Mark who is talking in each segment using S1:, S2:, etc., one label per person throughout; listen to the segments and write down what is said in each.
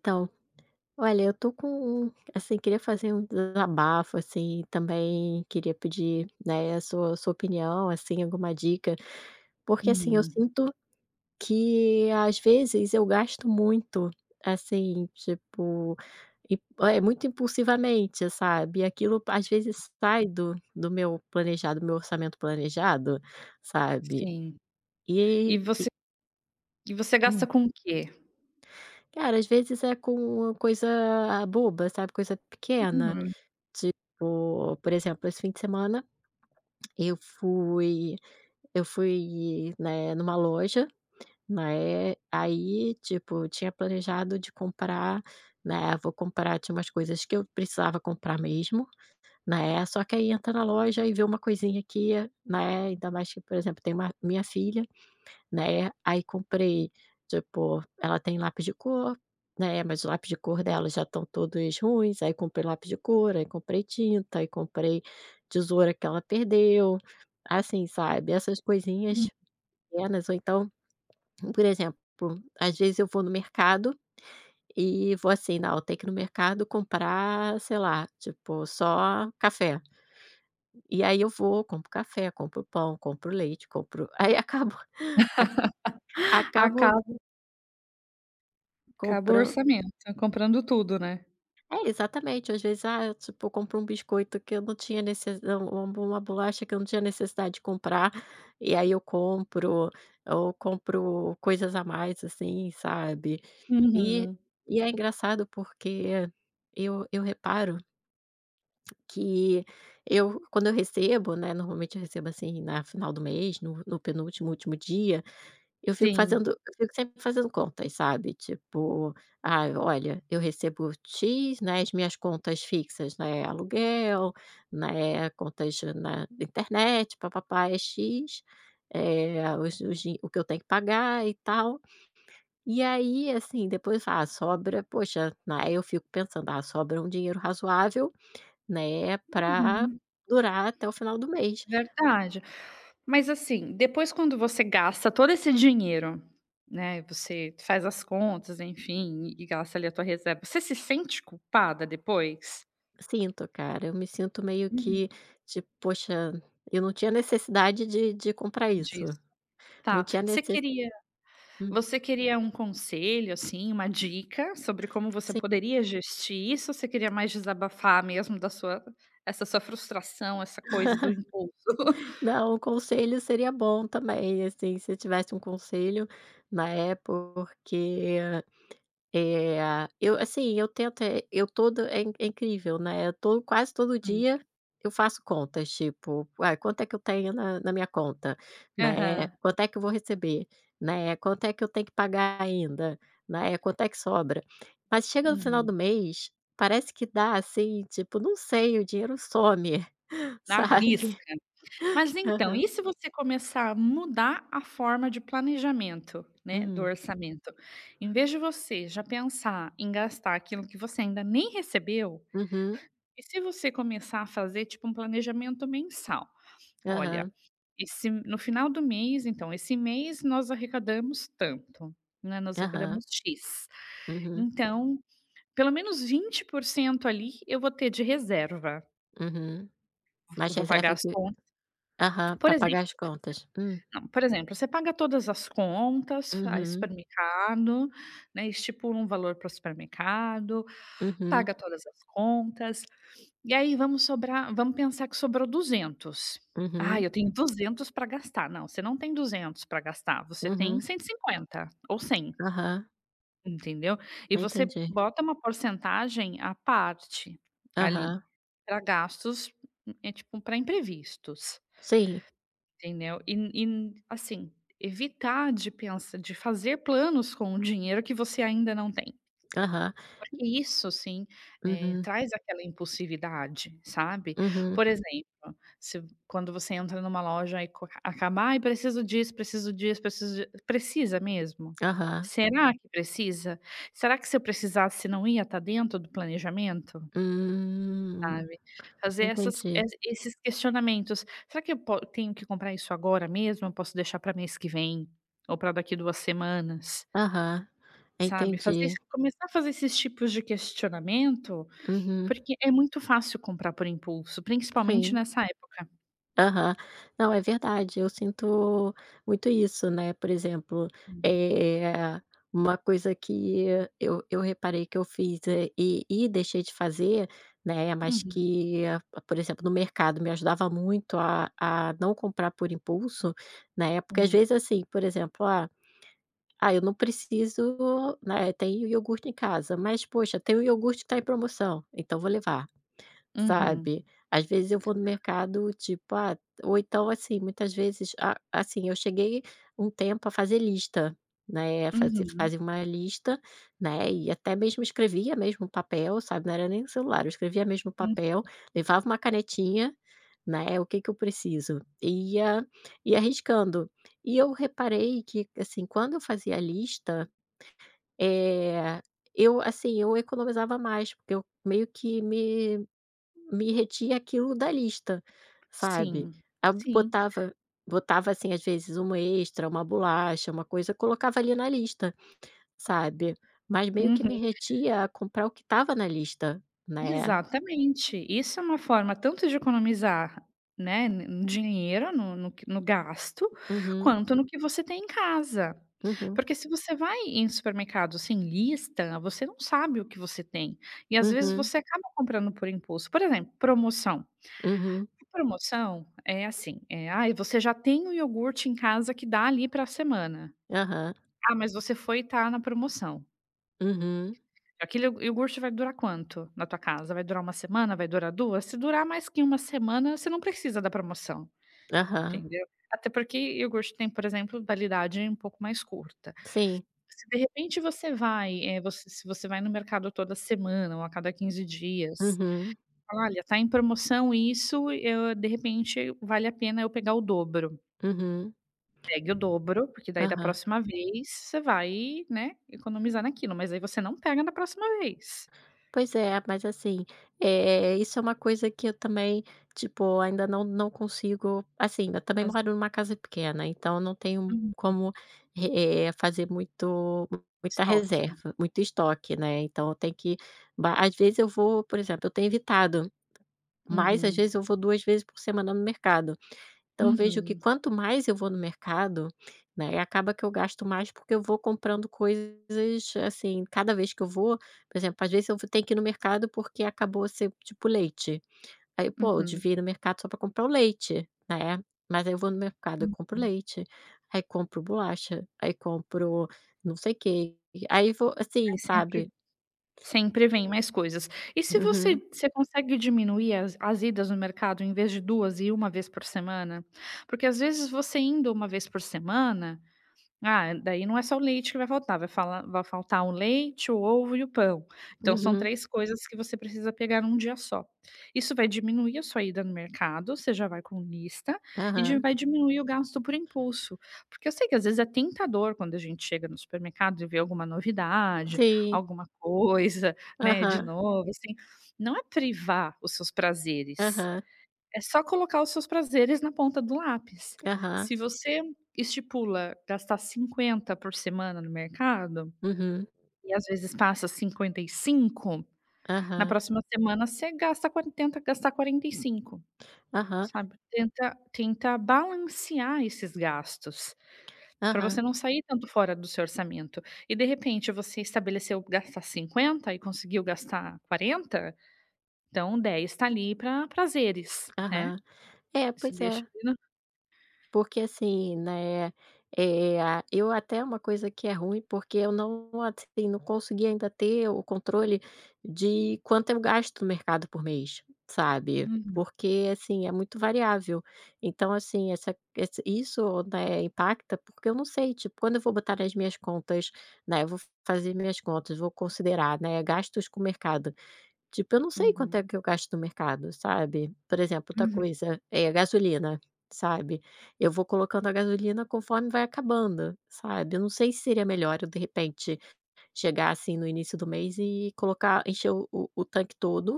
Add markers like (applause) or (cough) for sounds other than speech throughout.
S1: Então, olha, eu tô com, assim, queria fazer um desabafo, assim, também queria pedir, né, a sua opinião, assim, alguma dica, porque, assim, eu
S2: Uhum,
S1: sinto que às vezes eu gasto muito, assim, tipo, é muito impulsivamente, sabe? E aquilo às vezes sai do meu planejado, do meu orçamento planejado, sabe?
S2: sim. E
S1: E,
S2: você
S1: e-
S2: gasta
S1: hum,
S2: com o quê?
S1: Cara, às vezes é com uma coisa boba, sabe? Coisa pequena.
S2: Uhum,
S1: Por exemplo, esse fim de semana eu fui eu fui, né, numa loja, né, aí, tipo, tinha planejado de comprar, né, vou comprar tinha umas coisas que eu precisava comprar mesmo, né, só que aí entra na loja e vê uma coisinha aqui, né, ainda mais que, por exemplo, tem uma minha filha, né, aí comprei, tipo, ela tem lápis de cor, né, mas o lápis de cor dela já estão todos ruins, aí comprei lápis de cor, aí comprei tinta, aí comprei tesoura que ela perdeu, assim, sabe, essas
S2: hum.
S1: coisinhas pequenas, ou então, por exemplo, às vezes eu vou no mercado e vou assim: "Não, tem que ir no mercado comprar, sei lá, tipo, só café". E aí eu vou, compro café, compro pão, compro leite, compro, aí acabo (laughs) a acabo
S2: Acaba acaba o
S1: comprando.
S2: orçamento, comprando tudo, né.
S1: É, exatamente. Às vezes, eu, tipo, eu compro um biscoito que eu não tinha necessidade, uma bolacha que eu não tinha necessidade de comprar, e aí eu compro, ou compro coisas a mais, assim, sabe? E,
S2: Uhum,
S1: e é engraçado porque eu reparo que eu, quando eu recebo, né, normalmente eu recebo assim na final do mês, no penúltimo, último dia,
S2: sim.
S1: eu fico sempre fazendo contas, sabe, tipo: "Ah, olha, eu recebo X, né, as minhas contas fixas, né, aluguel, né, contas na internet, pá pá é X, os din o que eu tenho que pagar e tal". E aí, assim, depois, "Ah, sobra", poxa, né, eu fico pensando: "Ah, sobra um dinheiro razoável, né, pra
S2: Uhum,
S1: durar até o final do mês".
S2: verdade. Mas, assim, depois quando você gasta todo esse dinheiro, né, você faz as contas, enfim, e gasta ali a tua reserva, você se sente culpada depois?
S1: Sinto, cara. Eu me sinto meio
S2: Uhum,
S1: que, tipo: "Poxa, eu não tinha necessidade de comprar isso.
S2: disso.
S1: Não
S2: Tá,
S1: tinha
S2: você
S1: necess-"
S2: queria
S1: Hum,
S2: Você queria um conselho, assim, uma dica sobre como você
S1: sim.
S2: poderia gestir isso, ou você queria mais desabafar mesmo da sua essa sua frustração, essa coisa do impulso? (laughs)
S1: Não, o conselho seria bom também, assim, se eu tivesse um conselho, né, porque Eh, eu, assim, eu tento, eu todo, é in é incrível, né, eu tô quase todo
S2: Hum.
S1: dia eu faço contas, tipo: "Uai, quanto é que eu tenho na minha conta?", né,
S2: Aham.
S1: "Quanto é que eu vou receber?", né, "Quanto é que eu tenho que pagar ainda?", né, "Quanto é que sobra?". Mas chega no final
S2: Uhum.
S1: do mês, parece que dá, assim, tipo, não sei, o dinheiro some,
S2: Na
S1: (laughs)
S2: risca.
S1: sabe.
S2: Mas então,
S1: Aham.
S2: e se você começar a mudar a forma de planejamento, né, do
S1: Hum.
S2: orçamento? Em vez de você já pensar em gastar aquilo que você ainda nem recebeu,
S1: Uhum.
S2: e se você começar a fazer, tipo, um planejamento mensal? Olha,
S1: Aham.
S2: esse no final do mês então, esse mês nós arrecadamos tanto, né, nós
S1: Aham.
S2: arrecadamos X.
S1: Uhum.
S2: Então, pelo menos 20% ali eu vou ter de reserva.
S1: Uhum. Mais
S2: Eu Vou pagar
S1: reserva
S2: as
S1: que,
S2: contas
S1: aham,
S2: por
S1: para pagar
S2: exemplo
S1: as contas. Hum.
S2: não, por exemplo, você paga todas as contas, faz
S1: Uhum,
S2: supermercado, né, estipula um valor para o supermercado,
S1: uhum,
S2: paga todas as contas. E aí vamos pensar que sobrou 200. "Ah,
S1: uhum,
S2: eu tenho 200 para gastar", não, você não tem 200 para gastar, você tem
S1: uhum.
S2: 150 ou 100,
S1: Aham,
S2: entendeu. E você
S1: entendi.
S2: bota uma porcentagem à parte ali,
S1: Aham,
S2: para gastos, é tipo para imprevistos,
S1: sim.
S2: entendeu. E assim, evitar de pensar de fazer planos com o dinheiro que você ainda não tem.
S1: Aham.
S2: Porque isso sim,
S1: Uhum,
S2: traz aquela impulsividade, sabe.
S1: uhum.
S2: Por exemplo, se quando você entra numa loja e co acaba: "Ai, preciso disso, preciso disso, preciso de", precisa mesmo?
S1: Aham.
S2: Será que precisa? Será que se eu precisasse não ia estar dentro do planejamento?
S1: Hum,
S2: Sabe. Fazer essas
S1: entendi.
S2: es esses questionamentos. Será que eu po tenho que comprar isso agora mesmo? Eu posso deixar para mês que vem? Ou para daqui 2 semanas?
S1: Aham,
S2: Sabe, fazer esse
S1: entendi.
S2: começar a fazer esses tipos de questionamento,
S1: Uhum,
S2: porque é muito fácil comprar por impulso, principalmente
S1: sim.
S2: nessa época.
S1: Aham. Não, é verdade, eu sinto muito isso, né, por exemplo,
S2: Uhum,
S1: é uma coisa que eu reparei que eu fiz, e deixei de fazer, né, mas
S2: uhum,
S1: que, ah, por exemplo, no mercado me ajudava muito a não comprar por impulso, né, porque às
S2: hum,
S1: vezes, assim, por exemplo, eu não preciso, né, tem iogurte em casa, mas poxa, tem o iogurte que tá em promoção, então vou levar.
S2: uhum,
S1: Sabe? Às vezes eu vou no mercado, tipo, ah, ou então, assim, muitas vezes, a assim, eu cheguei um tempo a fazer lista, né,
S2: uhum,
S1: fazer uma lista, né, e até mesmo escrevia mesmo papel, sabe, não era nem celular, eu escrevia mesmo
S2: hum,
S1: papel, levava uma canetinha, né, o que que eu preciso, e ia arriscando. E eu reparei que, assim, quando eu fazia a lista, eh, eu, assim, eu economizava mais, porque eu meio que me retia aquilo da lista, sabe.
S2: sim,
S1: Aí eu
S2: sim,
S1: botava, assim, às vezes, uma extra, uma bolacha, uma coisa, colocava ali na lista, sabe. Mas meio que
S2: uhum,
S1: me retia a comprar o que estava na lista, né.
S2: exatamente. Isso é uma forma tanto de economizar, né, n no dinheiro no no que no gasto,
S1: Uhum,
S2: quanto no que você tem em casa.
S1: uhum,
S2: Porque se você vai em supermercado sem lista, você não sabe o que você tem, e às vezes
S1: uhum,
S2: você acaba comprando por impulso. Por exemplo, promoção.
S1: uhum,
S2: Promoção é assim, "Ai, você já tem o iogurte em casa que dá ali para a semana.
S1: aham,
S2: Ah, mas você foi e tá na promoção.
S1: uhum,
S2: Aquele iogurte vai durar quanto na tua casa? Vai durar uma semana? Vai durar 2 Se durar mais que uma semana, você não precisa da promoção",
S1: aham,
S2: entendeu? Até porque iogurte tem, por exemplo, validade um pouco mais curta.
S1: sim,
S2: Se de repente você vai, é você se você vai no mercado toda semana ou a cada 15 dias,
S1: uhum,
S2: fala: "Olha, tá em promoção isso, eu de repente vale a pena eu pegar o dobro".
S1: uhum,
S2: Pegue o dobro, porque daí da
S1: aham.
S2: próxima vez você vai, né, economizar naquilo, mas aí você não pega na próxima vez.
S1: Pois é, mas assim, é isso, é uma coisa que eu também, tipo, ainda não consigo, assim, eu também
S2: Às ve
S1: moro numa casa pequena, então não tenho
S2: Uhum.
S1: como, fazer muito muita
S2: Estoque.
S1: reserva, muito estoque, né, então eu tenho que ba às vezes eu vou, por exemplo, eu tenho evitado, mas às
S2: Uhum.
S1: vezes eu vou 2 vezes por semana no mercado. Então eu vejo que
S2: Uhum.
S1: quanto mais eu vou no mercado, né, acaba que eu gasto mais, porque eu vou comprando coisas, assim, cada vez que eu vou, por exemplo, às vezes eu vou tenho que ir no mercado porque acabou ser tipo leite. Aí, pô, eu
S2: Uhum.
S1: devia ir no mercado só para comprar o leite, né? Mas aí eu vou no mercado, eu compro leite, aí compro bolacha, aí compro não sei o quê. Aí vou
S2: Aí
S1: assim,
S2: sempre
S1: sabe?
S2: sempre vem mais coisas. E se você
S1: Uhum,
S2: você consegue diminuir as idas no mercado, em vez de 2 ir uma vez por semana? Porque às vezes você indo uma vez por semana. Ah, daí não é só o leite que vai faltar, vai faltar o leite, o ovo e o pão. Então são
S1: uhum,
S2: 3 coisas que você precisa pegar num dia só. Isso vai diminuir a sua ida no mercado, você já vai com lista, e di
S1: aham,
S2: vai diminuir o gasto por impulso. Porque eu sei que às vezes é tentador quando a gente chega no supermercado e vê alguma novidade,
S1: sim,
S2: alguma coisa, né, de
S1: aham,
S2: novo, assim, não é privar os seus prazeres,
S1: aham,
S2: é só colocar os seus prazeres na ponta do lápis.
S1: aham,
S2: Se você estipula gastar 50 por semana no mercado,
S1: uhum,
S2: e às vezes passa 55, na
S1: aham,
S2: próxima semana você gasta 40, tenta gastar 45,
S1: aham,
S2: sabe. Tenta balancear esses gastos, pra você
S1: aham.
S2: não sair tanto fora do seu orçamento. E de repente você estabeleceu gastar 50 e conseguiu gastar 40, então 10 tá ali pra prazeres, né.
S1: Aham. É,
S2: Você
S1: pois
S2: deixa
S1: é.
S2: ali no.
S1: Porque assim, né, eh, a eu até, é uma coisa que é ruim, porque eu não, assim, não consegui ainda ter o controle de quanto eu gasto no mercado por mês, sabe.
S2: Uhum.
S1: Porque, assim, é muito variável. Então, assim, essa esse isso, né, impacta, porque eu não sei, tipo, quando eu vou botar nas minhas contas, né, eu vou fazer minhas contas, vou considerar, né, gastos com o mercado. Tipo, eu não sei quanto
S2: Uhum.
S1: é que eu gasto no mercado, sabe. Por exemplo, outra
S2: Uhum,
S1: coisa, é a gasolina, sabe. Eu vou colocando a gasolina conforme vai acabando, sabe. Eu não sei se seria melhor eu, de repente, chegar, assim, no início do mês e colocar, encher o tanque todo,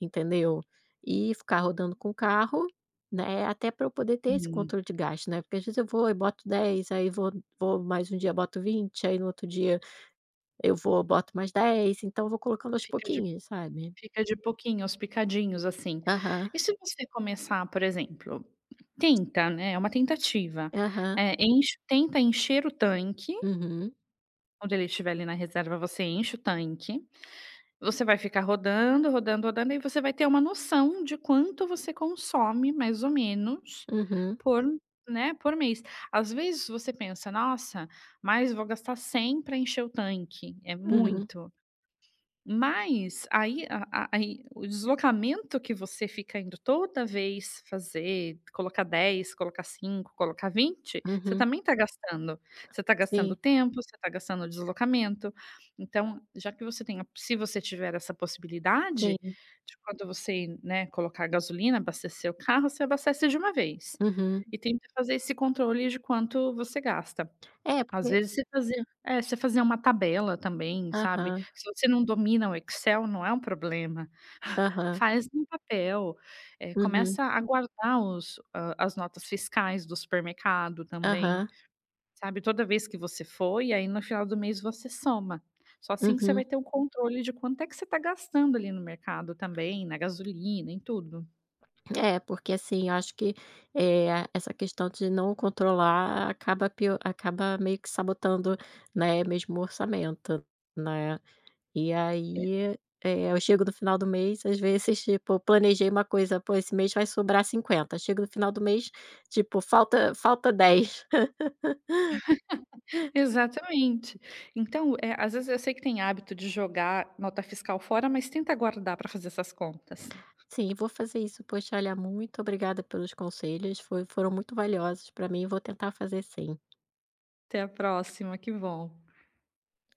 S1: entendeu. E ficar rodando com o carro, né, até para eu poder ter esse
S2: uhum.
S1: controle de gasto, né. Porque às vezes eu vou e boto 10, aí vou vou mais um dia, boto 20, aí no outro dia eu vou, boto mais 10, então eu vou colocando aos
S2: Fica de
S1: pouquinhos, sabe.
S2: fica de pouquinho, aos picadinhos, assim.
S1: Aham.
S2: E se você começar, por exemplo, tenta, né, é uma tentativa,
S1: Aham.
S2: enche tenta encher o tanque,
S1: Uhum.
S2: quando ele estiver ali na reserva, você enche o tanque, você vai ficar rodando, rodando, rodando, e você vai ter uma noção de quanto você consome, mais ou menos,
S1: Uhum.
S2: por né, por mês. Às vezes você pensa: "Nossa, mas vou gastar 100 para encher o tanque, é
S1: Uhum.
S2: muito". Mas aí a aí o deslocamento que você fica indo toda vez fazer, colocar 10, colocar 5, colocar 20, você
S1: Uhum.
S2: também está gastando. Você está gastando
S1: Sim,
S2: tempo, você está gastando deslocamento. Então, já que você tem a se você tiver essa possibilidade
S1: sim.
S2: de quando você, né, colocar gasolina, abastecer o carro, você abastece de uma vez.
S1: Uhum.
S2: E tenta fazer esse controle de quanto você gasta.
S1: É,
S2: Às
S1: porque
S2: vezes você fazia uma tabela também, sabe.
S1: aham,
S2: Se você não domina o Excel, não é um problema,
S1: aham.
S2: faz no papel,
S1: Uhum.
S2: começa a guardar os a as notas fiscais do supermercado também,
S1: Aham.
S2: sabe. Toda vez que você for e aí no final do mês você soma. Só assim que você vai
S1: Uhum.
S2: ter um controle de quanto é que você está gastando ali no mercado também, na gasolina, em tudo.
S1: É, porque assim, eu acho que, é essa questão de não controlar, acaba pio acaba meio que sabotando, né, mesmo o orçamento, né. E aí, eu chego no final do mês, às vezes, tipo, eu planejei uma coisa: "Pô, esse mês vai sobrar 50". Chego no final do mês, tipo, falta 10.
S2: Exatamente. Então, às vezes eu sei que tem hábito de jogar nota fiscal fora, mas tenta guardar para fazer essas contas.
S1: Sim, vou fazer isso. Poxa, olha, muito obrigada pelos conselhos, foi foram muito valiosos para mim e vou tentar fazer, sim.
S2: Até a próxima, que bom.